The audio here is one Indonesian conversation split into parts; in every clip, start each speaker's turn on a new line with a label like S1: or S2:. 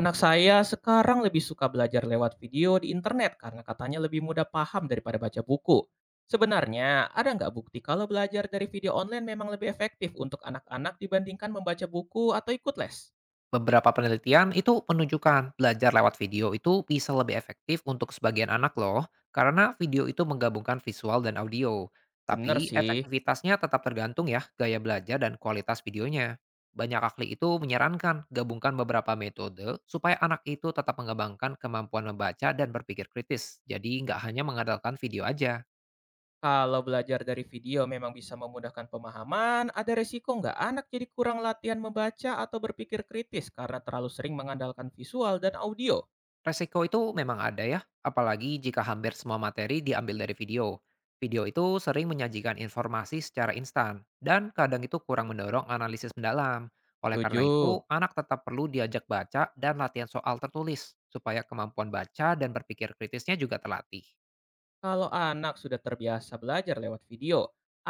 S1: Anak saya sekarang lebih suka belajar lewat video di internet karena katanya lebih mudah paham daripada baca buku. Sebenarnya, ada nggak bukti kalau belajar dari video online memang lebih efektif untuk anak-anak dibandingkan membaca buku atau ikut les?
S2: Beberapa penelitian itu menunjukkan belajar lewat video itu bisa lebih efektif untuk sebagian anak loh, karena video itu menggabungkan visual dan audio.
S1: Bener
S2: Tapi
S1: sih,
S2: efektivitasnya tetap tergantung ya gaya belajar dan kualitas videonya. Banyak ahli itu menyarankan gabungkan beberapa metode supaya anak itu tetap mengembangkan kemampuan membaca dan berpikir kritis. Jadi nggak hanya mengandalkan video aja.
S1: kalau belajar dari video memang bisa memudahkan pemahaman, ada resiko nggak anak jadi kurang latihan membaca atau berpikir kritis karena terlalu sering mengandalkan visual dan audio?
S2: Resiko itu memang ada ya, apalagi jika hampir semua materi diambil dari video. Video itu sering menyajikan informasi secara instan, dan kadang itu kurang mendorong analisis mendalam. Oleh karena
S1: Setuju.
S2: itu, anak tetap perlu diajak baca dan latihan soal tertulis, supaya kemampuan baca dan berpikir kritisnya juga terlatih.
S1: Kalau anak sudah terbiasa belajar lewat video,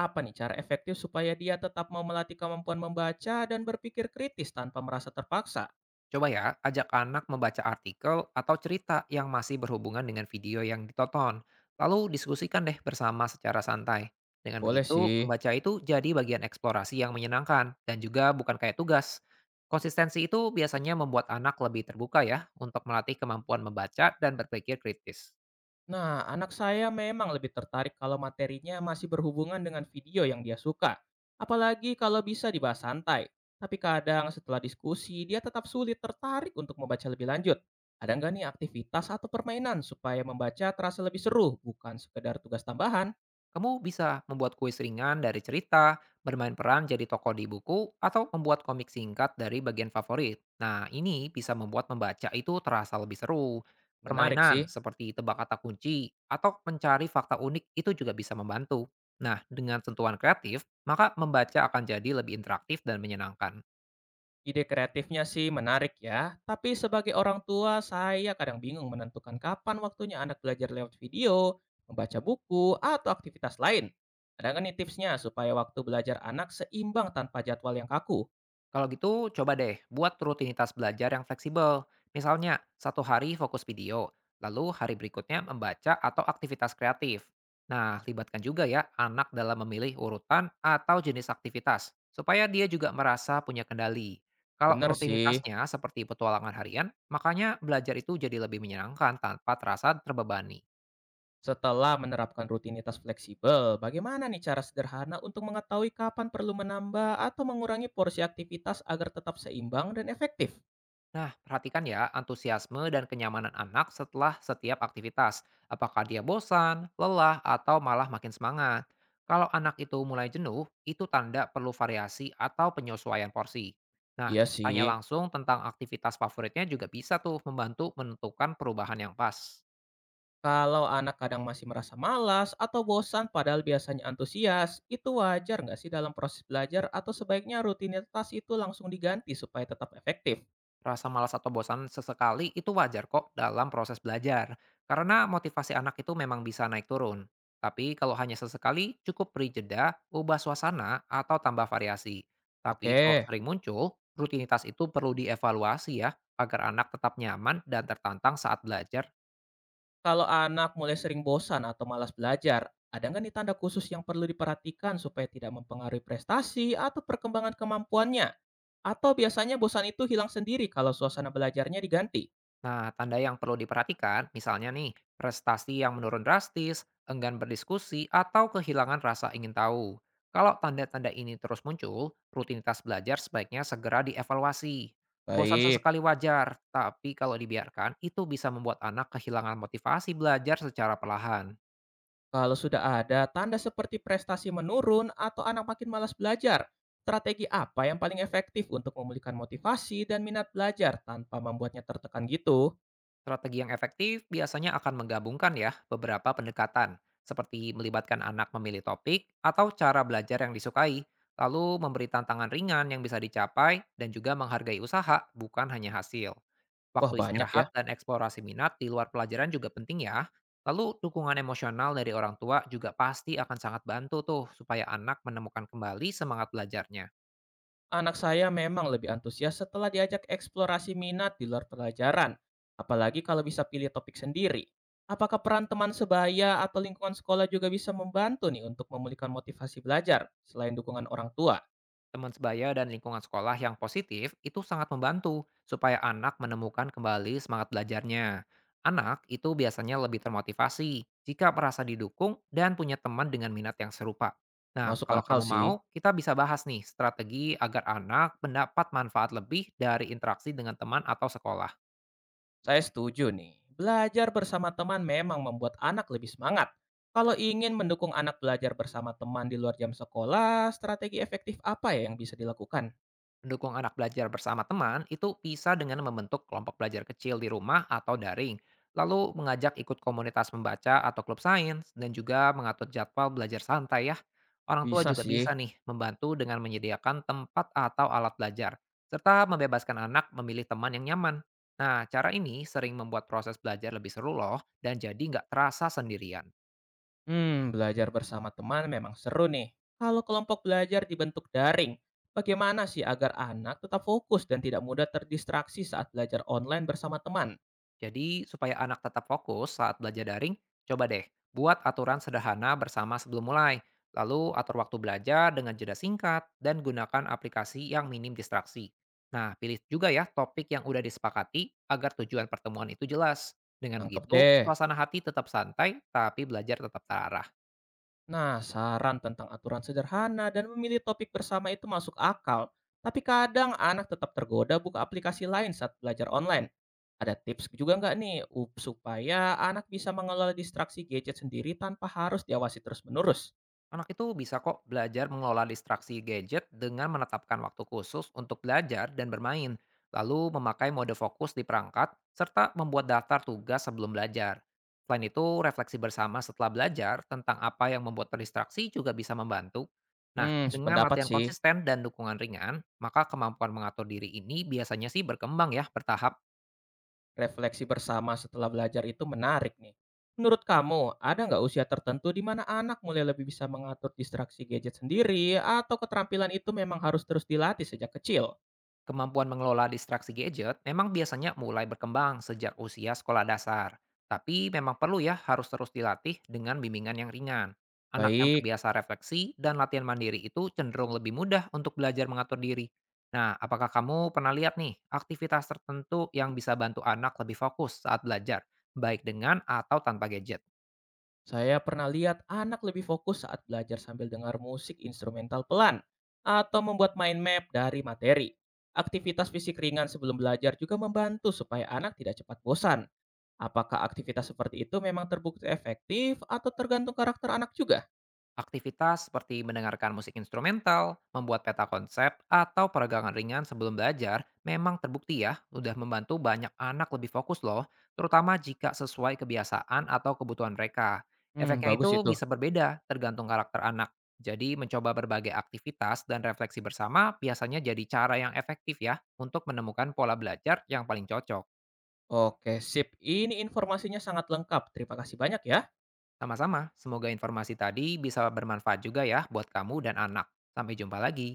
S1: apa nih cara efektif supaya dia tetap mau melatih kemampuan membaca dan berpikir kritis tanpa merasa terpaksa?
S2: Coba ya, ajak anak membaca artikel atau cerita yang masih berhubungan dengan video yang ditonton. Lalu diskusikan deh bersama secara santai. Dengan
S1: Boleh
S2: begitu,
S1: sih.
S2: membaca itu jadi bagian eksplorasi yang menyenangkan dan juga bukan kayak tugas. Konsistensi itu biasanya membuat anak lebih terbuka ya untuk melatih kemampuan membaca dan berpikir kritis.
S1: Nah, anak saya memang lebih tertarik kalau materinya masih berhubungan dengan video yang dia suka. Apalagi kalau bisa dibahas santai. Tapi kadang setelah diskusi, dia tetap sulit tertarik untuk membaca lebih lanjut. Ada nggak nih aktivitas atau permainan supaya membaca terasa lebih seru, bukan sekedar tugas tambahan?
S2: Kamu bisa membuat kuis ringan dari cerita, bermain peran jadi tokoh di buku, atau membuat komik singkat dari bagian favorit. Nah, ini bisa membuat membaca itu terasa lebih seru.
S1: Menarik sih.
S2: Permainan seperti tebak kata kunci atau mencari fakta unik itu juga bisa membantu. Nah, dengan sentuhan kreatif, maka membaca akan jadi lebih interaktif dan menyenangkan.
S1: Ide kreatifnya sih menarik ya, tapi sebagai orang tua saya kadang bingung menentukan kapan waktunya anak belajar lewat video, membaca buku, atau aktivitas lain. Ada nggak nih tipsnya supaya waktu belajar anak seimbang tanpa jadwal yang kaku?
S2: Kalau gitu, coba deh buat rutinitas belajar yang fleksibel. Misalnya, satu hari fokus video, lalu hari berikutnya membaca atau aktivitas kreatif. Nah, libatkan juga ya anak dalam memilih urutan atau jenis aktivitas, supaya dia juga merasa punya kendali. Kalau
S1: Bener sih,
S2: rutinitasnya seperti petualangan harian, makanya belajar itu jadi lebih menyenangkan tanpa terasa terbebani.
S1: setelah menerapkan rutinitas fleksibel, bagaimana nih cara sederhana untuk mengetahui kapan perlu menambah atau mengurangi porsi aktivitas agar tetap seimbang dan efektif?
S2: Nah, perhatikan ya antusiasme dan kenyamanan anak setelah setiap aktivitas. Apakah dia bosan, lelah, atau malah makin semangat. Kalau anak itu mulai jenuh, itu tanda perlu variasi atau penyesuaian porsi. Nah,
S1: Iya
S2: tanya
S1: sih.
S2: langsung tentang aktivitas favoritnya juga bisa tuh membantu menentukan perubahan yang pas.
S1: Kalau anak kadang masih merasa malas atau bosan padahal biasanya antusias, itu wajar nggak sih dalam proses belajar atau sebaiknya rutinitas itu langsung diganti supaya tetap efektif?
S2: Rasa malas atau bosan sesekali itu wajar kok dalam proses belajar, karena motivasi anak itu memang bisa naik turun. Tapi kalau hanya sesekali, cukup beri jeda, ubah suasana, atau tambah variasi. Tapi kalau
S1: Oke.
S2: sering muncul, rutinitas itu perlu dievaluasi ya, agar anak tetap nyaman dan tertantang saat belajar.
S1: Kalau anak mulai sering bosan atau malas belajar, ada nggak nih tanda khusus yang perlu diperhatikan supaya tidak mempengaruhi prestasi atau perkembangan kemampuannya? Atau biasanya bosan itu hilang sendiri kalau suasana belajarnya diganti?
S2: Nah, tanda yang perlu diperhatikan, misalnya nih, prestasi yang menurun drastis, enggan berdiskusi, atau kehilangan rasa ingin tahu. Kalau tanda-tanda ini terus muncul, rutinitas belajar sebaiknya segera dievaluasi. Bosan
S1: Baik.
S2: sesekali wajar, tapi kalau dibiarkan, itu bisa membuat anak kehilangan motivasi belajar secara perlahan.
S1: Kalau sudah ada tanda seperti prestasi menurun atau anak makin malas belajar, strategi apa yang paling efektif untuk memulihkan motivasi dan minat belajar tanpa membuatnya tertekan gitu?
S2: Strategi yang efektif biasanya akan menggabungkan ya beberapa pendekatan, seperti melibatkan anak memilih topik atau cara belajar yang disukai, lalu memberi tantangan ringan yang bisa dicapai dan juga menghargai usaha, bukan hanya hasil.
S1: Wah,
S2: Waktu
S1: banyak ya.
S2: istirahat dan eksplorasi minat di luar pelajaran juga penting ya. Lalu dukungan emosional dari orang tua juga pasti akan sangat bantu tuh supaya anak menemukan kembali semangat belajarnya.
S1: Anak saya memang lebih antusias setelah diajak eksplorasi minat di luar pelajaran. Apalagi kalau bisa pilih topik sendiri. Apakah peran teman sebaya atau lingkungan sekolah juga bisa membantu nih untuk memulihkan motivasi belajar selain dukungan orang tua?
S2: Teman sebaya dan lingkungan sekolah yang positif itu sangat membantu supaya anak menemukan kembali semangat belajarnya. Anak itu biasanya lebih termotivasi jika merasa didukung dan punya teman dengan minat yang serupa. Nah,
S1: Masuk
S2: kalau
S1: akal
S2: kamu
S1: sih.
S2: mau, kita bisa bahas nih strategi agar anak mendapat manfaat lebih dari interaksi dengan teman atau sekolah.
S1: Saya setuju nih. Belajar bersama teman memang membuat anak lebih semangat. Kalau ingin mendukung anak belajar bersama teman di luar jam sekolah, strategi efektif apa ya yang bisa dilakukan?
S2: Mendukung anak belajar bersama teman itu bisa dengan membentuk kelompok belajar kecil di rumah atau daring, lalu mengajak ikut komunitas membaca atau klub sains, dan juga mengatur jadwal belajar santai ya. Orang tua
S1: Bisa
S2: juga
S1: sih.
S2: bisa nih membantu dengan menyediakan tempat atau alat belajar, serta membebaskan anak memilih teman yang nyaman. Nah, cara ini sering membuat proses belajar lebih seru loh, dan jadi nggak terasa sendirian.
S1: Hmm, belajar bersama teman memang seru nih. Kalau kelompok belajar dibentuk daring, bagaimana sih agar anak tetap fokus dan tidak mudah terdistraksi saat belajar online bersama teman?
S2: Jadi, supaya anak tetap fokus saat belajar daring, coba deh buat aturan sederhana bersama sebelum mulai. Lalu atur waktu belajar dengan jeda singkat dan gunakan aplikasi yang minim distraksi. Nah, pilih juga ya topik yang udah disepakati agar tujuan pertemuan itu jelas. Dengan
S1: Nangkep
S2: begitu,
S1: deh.
S2: suasana hati tetap santai tapi belajar tetap terarah.
S1: Nah, saran tentang aturan sederhana dan memilih topik bersama itu masuk akal. Tapi kadang anak tetap tergoda buka aplikasi lain saat belajar online. Ada tips juga nggak nih supaya anak bisa mengelola distraksi gadget sendiri tanpa harus diawasi terus-menerus?
S2: Anak itu bisa kok belajar mengelola distraksi gadget dengan menetapkan waktu khusus untuk belajar dan bermain, lalu memakai mode fokus di perangkat, serta membuat daftar tugas sebelum belajar. Selain itu, refleksi bersama setelah belajar tentang apa yang membuat terdistraksi juga bisa membantu. Nah,
S1: Hmm,
S2: dengan
S1: sependapat
S2: latihan
S1: sih.
S2: konsisten dan dukungan ringan, maka kemampuan mengatur diri ini biasanya sih berkembang ya bertahap.
S1: Refleksi bersama setelah belajar itu menarik nih. Menurut kamu, ada nggak usia tertentu di mana anak mulai lebih bisa mengatur distraksi gadget sendiri atau keterampilan itu memang harus terus dilatih sejak kecil?
S2: Kemampuan mengelola distraksi gadget memang biasanya mulai berkembang sejak usia sekolah dasar. Tapi memang perlu ya harus terus dilatih dengan bimbingan yang ringan. Anak yang
S1: Baik.
S2: terbiasa refleksi dan latihan mandiri itu cenderung lebih mudah untuk belajar mengatur diri. Nah, apakah kamu pernah lihat nih aktivitas tertentu yang bisa bantu anak lebih fokus saat belajar, baik dengan atau tanpa gadget?
S1: Saya pernah lihat anak lebih fokus saat belajar sambil dengar musik instrumental pelan atau membuat mind map dari materi. Aktivitas fisik ringan sebelum belajar juga membantu supaya anak tidak cepat bosan. Apakah aktivitas seperti itu memang terbukti efektif atau tergantung karakter anak juga?
S2: Aktivitas seperti mendengarkan musik instrumental, membuat peta konsep, atau peregangan ringan sebelum belajar memang terbukti ya, udah membantu banyak anak lebih fokus loh, terutama jika sesuai kebiasaan atau kebutuhan mereka.
S1: Hmm,
S2: Efeknya
S1: bagus
S2: itu
S1: itu.
S2: bisa berbeda tergantung karakter anak. Jadi mencoba berbagai aktivitas dan refleksi bersama biasanya jadi cara yang efektif ya untuk menemukan pola belajar yang paling cocok.
S1: Oke, sip. Ini informasinya sangat lengkap. Terima kasih banyak ya.
S2: Sama-sama, semoga informasi tadi bisa bermanfaat juga ya buat kamu dan anak. Sampai jumpa lagi.